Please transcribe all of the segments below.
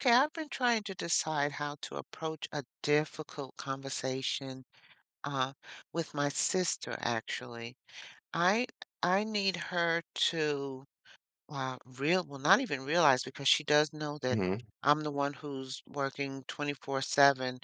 Okay, I've been trying to decide how to approach a difficult conversation uh, with my sister, actually. I I need her to real well, not even realize because she does know that Mhm. I'm the one who's working 24/7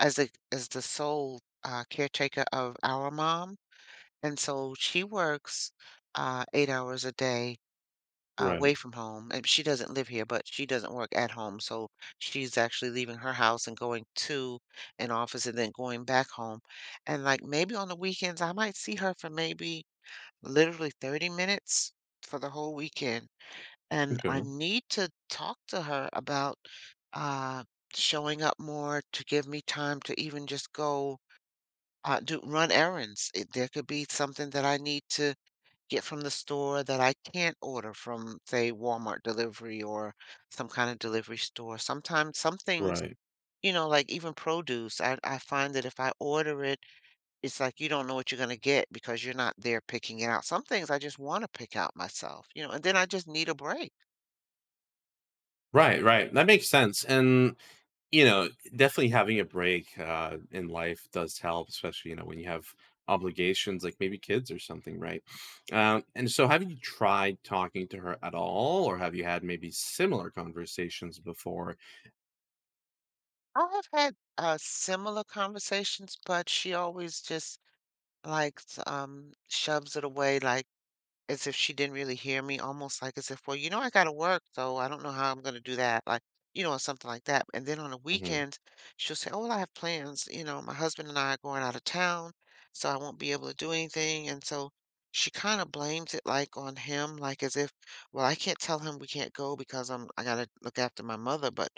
as a as the sole caretaker of our mom, and so she works 8 hours a day away Right. from home, and she doesn't live here, but she doesn't work at home, so she's actually leaving her house and going to an office and then going back home. And like maybe on the weekends, I might see her for maybe literally 30 minutes for the whole weekend. And I Okay. need to talk to her about uh, showing up more to give me time to even just go do run errands. There could be something that I need to get from the store that I can't order from, say, Walmart delivery or some kind of delivery store. Sometimes some things, Right. you know, like even produce, I find that if I order it, it's like you don't know what you're going to get because you're not there picking it out. Some things I just want to pick out myself, you know, and then I just need a break. Right, right. That makes sense. And, you know, definitely having a break in life does help, especially, you know, when you have obligations like maybe kids or something, right? And so have you tried talking to her at all? Or have you had maybe similar conversations before? I have had similar conversations, but she always just like shoves it away like as if she didn't really hear me, almost like as if, well, you know, I gotta work, so I don't know how I'm gonna do that, like, you know, or something like that. And then on the Hmm. weekends, she'll say, oh, well, I have plans. You know, my husband and I are going out of town, so I won't be able to do anything. And so she kind of blames it like on him, like as if, well, I can't tell him we can't go because I gotta look after my mother, but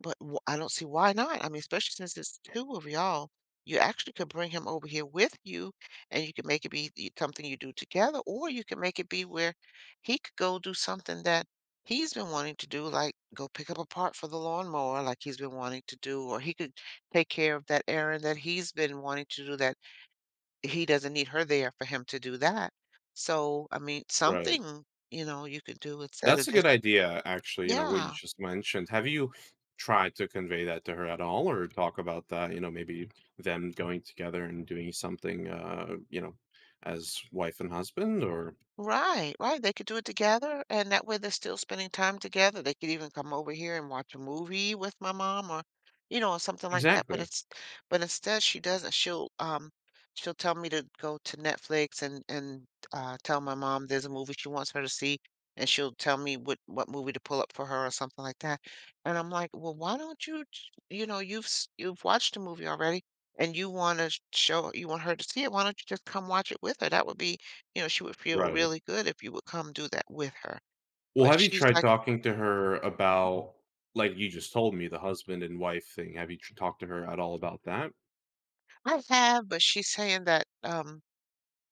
but I don't see why not. I mean, especially since it's 2 of y'all, you actually could bring him over here with you, and you could make it be y something you do together, or you could make it be where he could go do something that he's been wanting to do, like go pick up a part for the lawnmower like he's been wanting to do, or he could take care of that errand that he's been wanting to do that he doesn't need her there for him to do that. So, I mean, Right. something, you know, you could do instead That's of a just. good idea, actually, you know, what you Yeah. just mentioned. Have you tried to convey that to her at all or talk about that, you know, maybe them going together and doing something, you know, as wife and husband or Right, right, they could do it together, and that way they're still spending time together, they could even come over here and watch a movie with my mom or, you know, something like that, but exactly, it's but instead she doesn't. She'll she'll tell me to go to Netflix and tell my mom there's a movie she wants her to see, and she'll tell me what movie to pull up for her or something like that, and I'm like, "Well, why don't you j you know, you've s you've watched the movie already, and you wanna show you want her to see it, why don't you just come watch it with her? That would be you know, she would feel right. really good if you would come do that with her." Well, But have you she's tried like, talking to her "Mhm." about, like you just told me, the husband and wife thing? Have you tr talked to her at all about that? I have, but she's saying that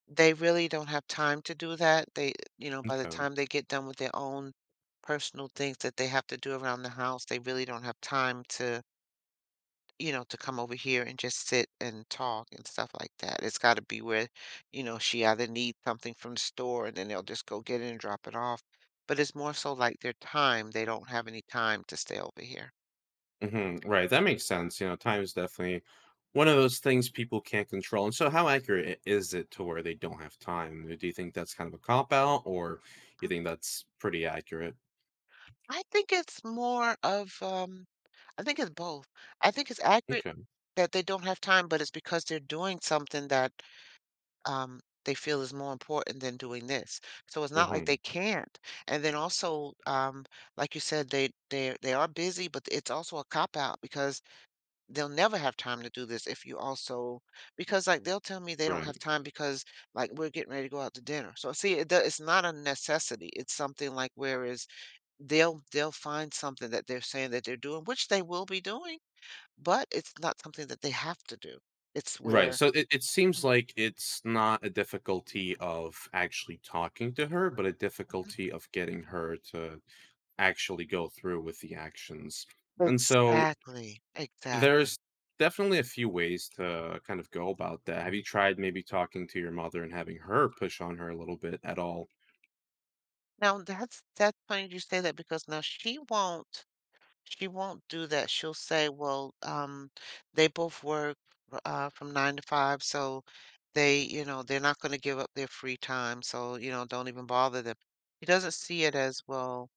they really don't have time to do that. They, you know, by the Okay. time they get done with their own personal things that they have to do around the house, they really don't have time to you know, to come over here and just sit and talk and stuff like that. It's got to be where, you know, she either needs something from the store and then they'll just go get it and drop it off. But it's more so like their time. They don't have any time to stay over here. Hmm. Right. That makes sense. You know, time is definitely one of those things people can't control. And so, how accurate is it to where they don't have time? Do you think that's kind of a cop out, or you Mm, think that's pretty accurate? I think it's more of I think it's both. I think it's accurate Okay. that they don't have time, but it's because they're doing something that they feel is more important than doing this. So it's not like they Hmm. can't. And then also, like you said, they are busy, but it's also a cop out because they'll never have time to do this if you also because like they'll tell me they don't have Right. time because like we're getting ready to go out to dinner. So see, it's not a necessity. It's something like whereas they'll find something that they're saying that they're doing, which they will be doing but it's not something that they have to do. It's Right. where. So it seems like it's not a difficulty of actually talking to her, but a Mhm. difficulty of getting her to actually go through with the actions. And so Exactly, there's exactly. definitely a few ways to kind of go about that. Have you tried maybe talking to your mother and having her push on her a little bit at all? Now that's funny you say that because now she won't do that. She'll say, "Well, they both work from 9 to 5, so they, you know, they're not going to give up their free time, so, you know, don't even bother them." She doesn't see it as well.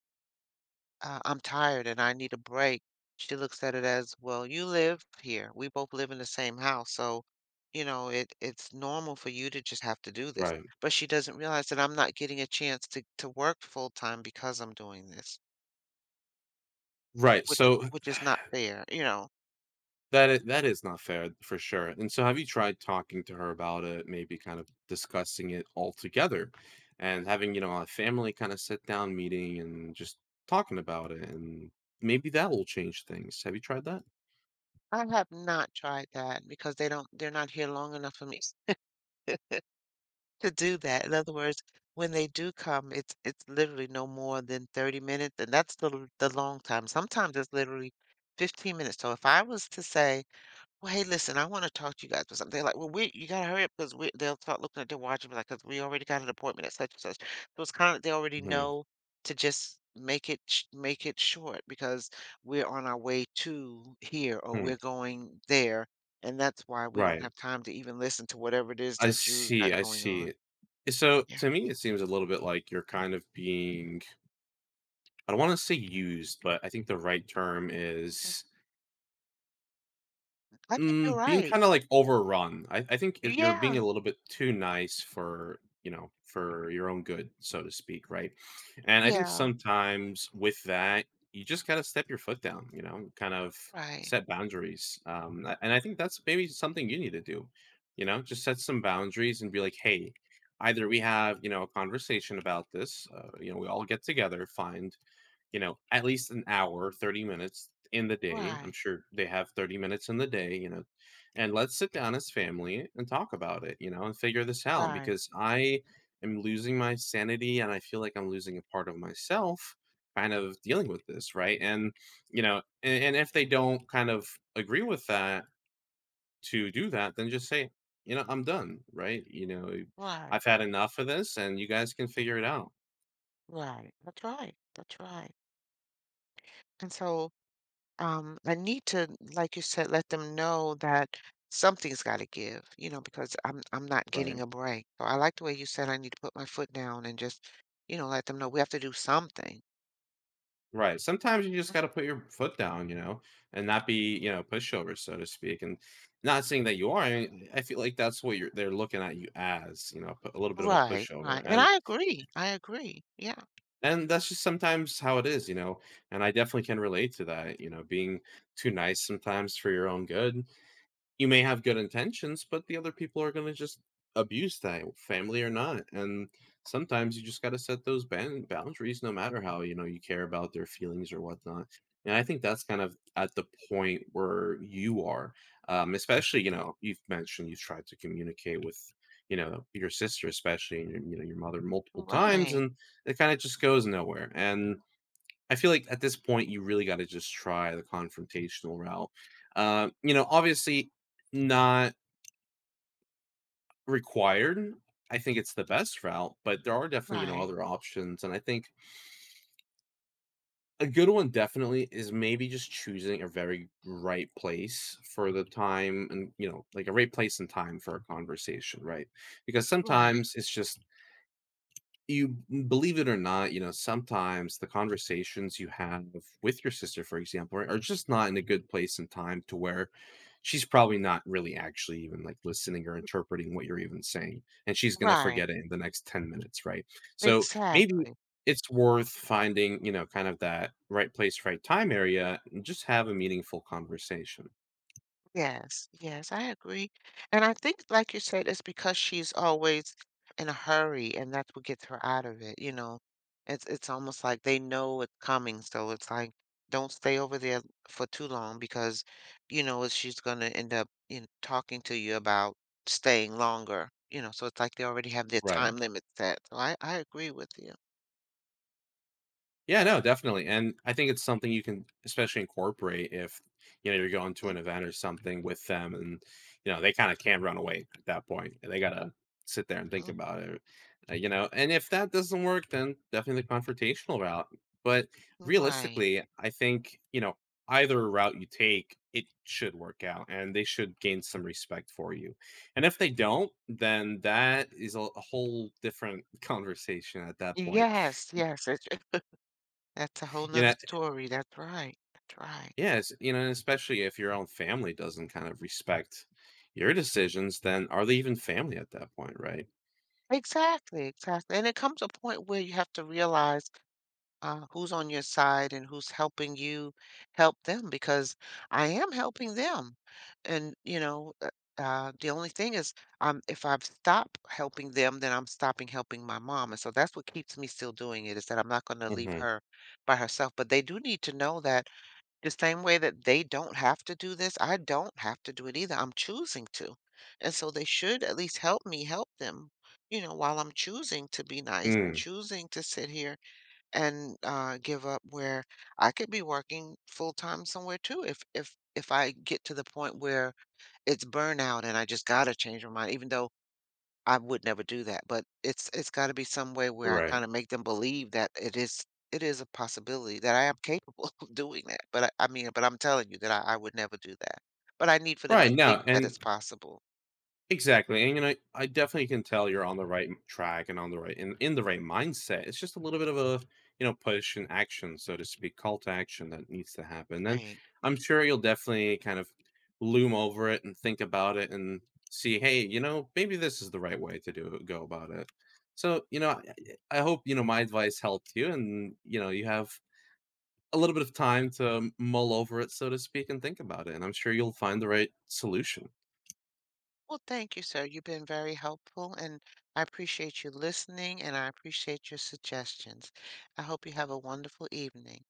Uh, I'm tired and I need a break. She looks at it as, well, you live here. We both live in the same house. So, you know, it it's normal for you to just have to do this. Right. But she doesn't realize that I'm not getting a chance to work full time because I'm doing this, Right. which So which is not fair, you know. that that is not fair for sure. And so have you tried talking to her about it, maybe kind of discussing it all together and having, you know, a family kind of sit down meeting and just talking about it, and maybe that will change things. Have you tried that? I have not tried that because they're not here long enough for me to do that. In other words, when they do come, it's literally no more than 30 minutes, and that's the the long time. Sometimes it's literally 15 minutes. So if I was to say, "Well, hey, listen, I want to talk to you guys for something," they're like, "Well, we you gotta hurry up because we" they'll start looking at their watch and be like, "'Cause we already got an appointment at such and such." So it's kind of they already Mhm. know to just make it short because we're on our way to here or we're Hmm. going there, and that's why we don't Right. have time to even listen to whatever it is I that you see, got I going on. see. So Yeah, to me, it seems a little bit like you're kind of being, I don't want to say used, but I think the right term is I think you're being right. kinda, like, overrun. I think it you're being Yeah, a little bit too nice for, you know, for your own good, so to speak, right? And I think yeah, sometimes with that, you just gotta step your foot down, you know, kind of right, set boundaries. A and I think that's maybe something you need to do, you know, just set some boundaries and be like, "Hey, either we have, you know, a conversation about this, you know, we all get together, find, you know, at least an hour, 30 minutes in the day. I'm right, sure they have 30 minutes in the day, you know, and let's sit down as family and talk about it, you know, and figure this out right, because I am losing my sanity and I feel like I'm losing a part of myself kind of dealing with this, right? You know, and if they don't kind of agree with that to do that, then just say, you know, I'm done, right? You know, right, I've had enough of this and you guys can figure it out, right. That's right, that's right. And so um, I need to, like you said, let them know that something's got to give, you know, because I'm not getting right?" a break. So I like the way you said I need to put my foot down and just, you know, let them know we have to do something. Right. Sometimes you just Mm. got to put your foot down, you know, and not be, you know, pushover, so to speak. And not saying that you are. I mean, I feel like that's what you're. They're looking at you as, you know, a little bit of a Right, pushover, right. And and I agree. I agree. Yeah. That's just sometimes how it is, you know. And I definitely can relate to that, you know, being too nice sometimes for your own good. You may have good intentions, but the other people are going to just abuse that, family or not. And sometimes you just got to set those boundaries, no matter how you know you care about their feelings or whatnot. And I think that's kind of at the point where you are, especially you know you've mentioned you've tried to communicate with, you know, your sister, especially, and your, you know, your mother multiple times, Right, and it kind of just goes nowhere. And I feel like at this point, you really gotta just try the confrontational route. You know, obviously not required. I think it's the best route, but there are definitely, you know, right, other options, and I think a good one definitely is maybe just choosing a very right place for the time and, you know, like a right place and time for a conversation, right? Because right, sometimes it's just you believe it or not, you know, sometimes the conversations you have with your sister, for example, are just not in a good place and time to where she's probably not really actually even like listening or interpreting what you're even saying. And she's going to right. forget it in the next 10 minutes, right? So maybe Exactly. it's worth finding, you know, kind of that right place, right time area and just have a meaningful conversation. Yes, yes, I agree. And I think, like you said, it's because she's always in a hurry, and that's what gets her out of it, you know? It's almost like they know it's coming, so it's like, don't stay over there for too long because, you know, it's- she's gonna end up, you know, talking to you about staying longer, you know? So it's like they already have their Right. time limit set. So I agree with you. Yeah, no, definitely. And I think it's something you can especially incorporate if you know you're going to Mhm, an event or something with them, and you know they kind of can run away at that point. They gotta sit there and think mhm. about it. You know, and if that doesn't work, then definitely the confrontational route. But Right. realistically, I think, you know, either route you take, it should work out and they should gain some respect for you. And if they don't, then that is a whole different conversation at that point, Yes, yes. It's, that's a whole you nother know. story. That's right. That's right. Yes, you know, and especially if your own family doesn't kind of respect your decisions, then are they even family at that point, right? Exactly, exactly. And it comes a point where you have to realize who's on your side and who's helping you help them because I am helping them. And, you know, the only thing is, if I stop helping them, then I'm stopping helping my mom. And so that's what keeps me still doing it is that I'm not going to leave Mhm. her by herself. But they do need to know that. The same way that they don't have to do this, I don't have to do it either. I'm choosing to. And so they should at least help me help them, you know, while I'm choosing to be nice and Mm, choosing to sit here and give up where I could be working full time somewhere too if I get to the point where it's burnout and I just gotta change my mind, even though I would never do that, but it's gotta be some way where I right. kinda make them believe that it is a possibility that I am capable of doing that, but I mean, but I'm telling you that I would never do that, but I need for them Right, to no, think that and it's possible. exactly, and, you know, I definitely can tell you're on the right track and on the right in the right mindset. It's just a little bit of a, you know, push and action, so to speak, call to action that needs to happen. And Right. I'm sure you'll definitely kind of loom over it and think about it and see, hey, you know, maybe this is the right way to do it, go about it. So, you know, I hope, you know, my advice helped you and, you know, you have a little bit of time to mull over it, so to speak, and think about it. And I'm sure you'll find the right solution. Well, thank you, sir. You've been very helpful, and I appreciate you listening, and I appreciate your suggestions. I hope you have a wonderful evening.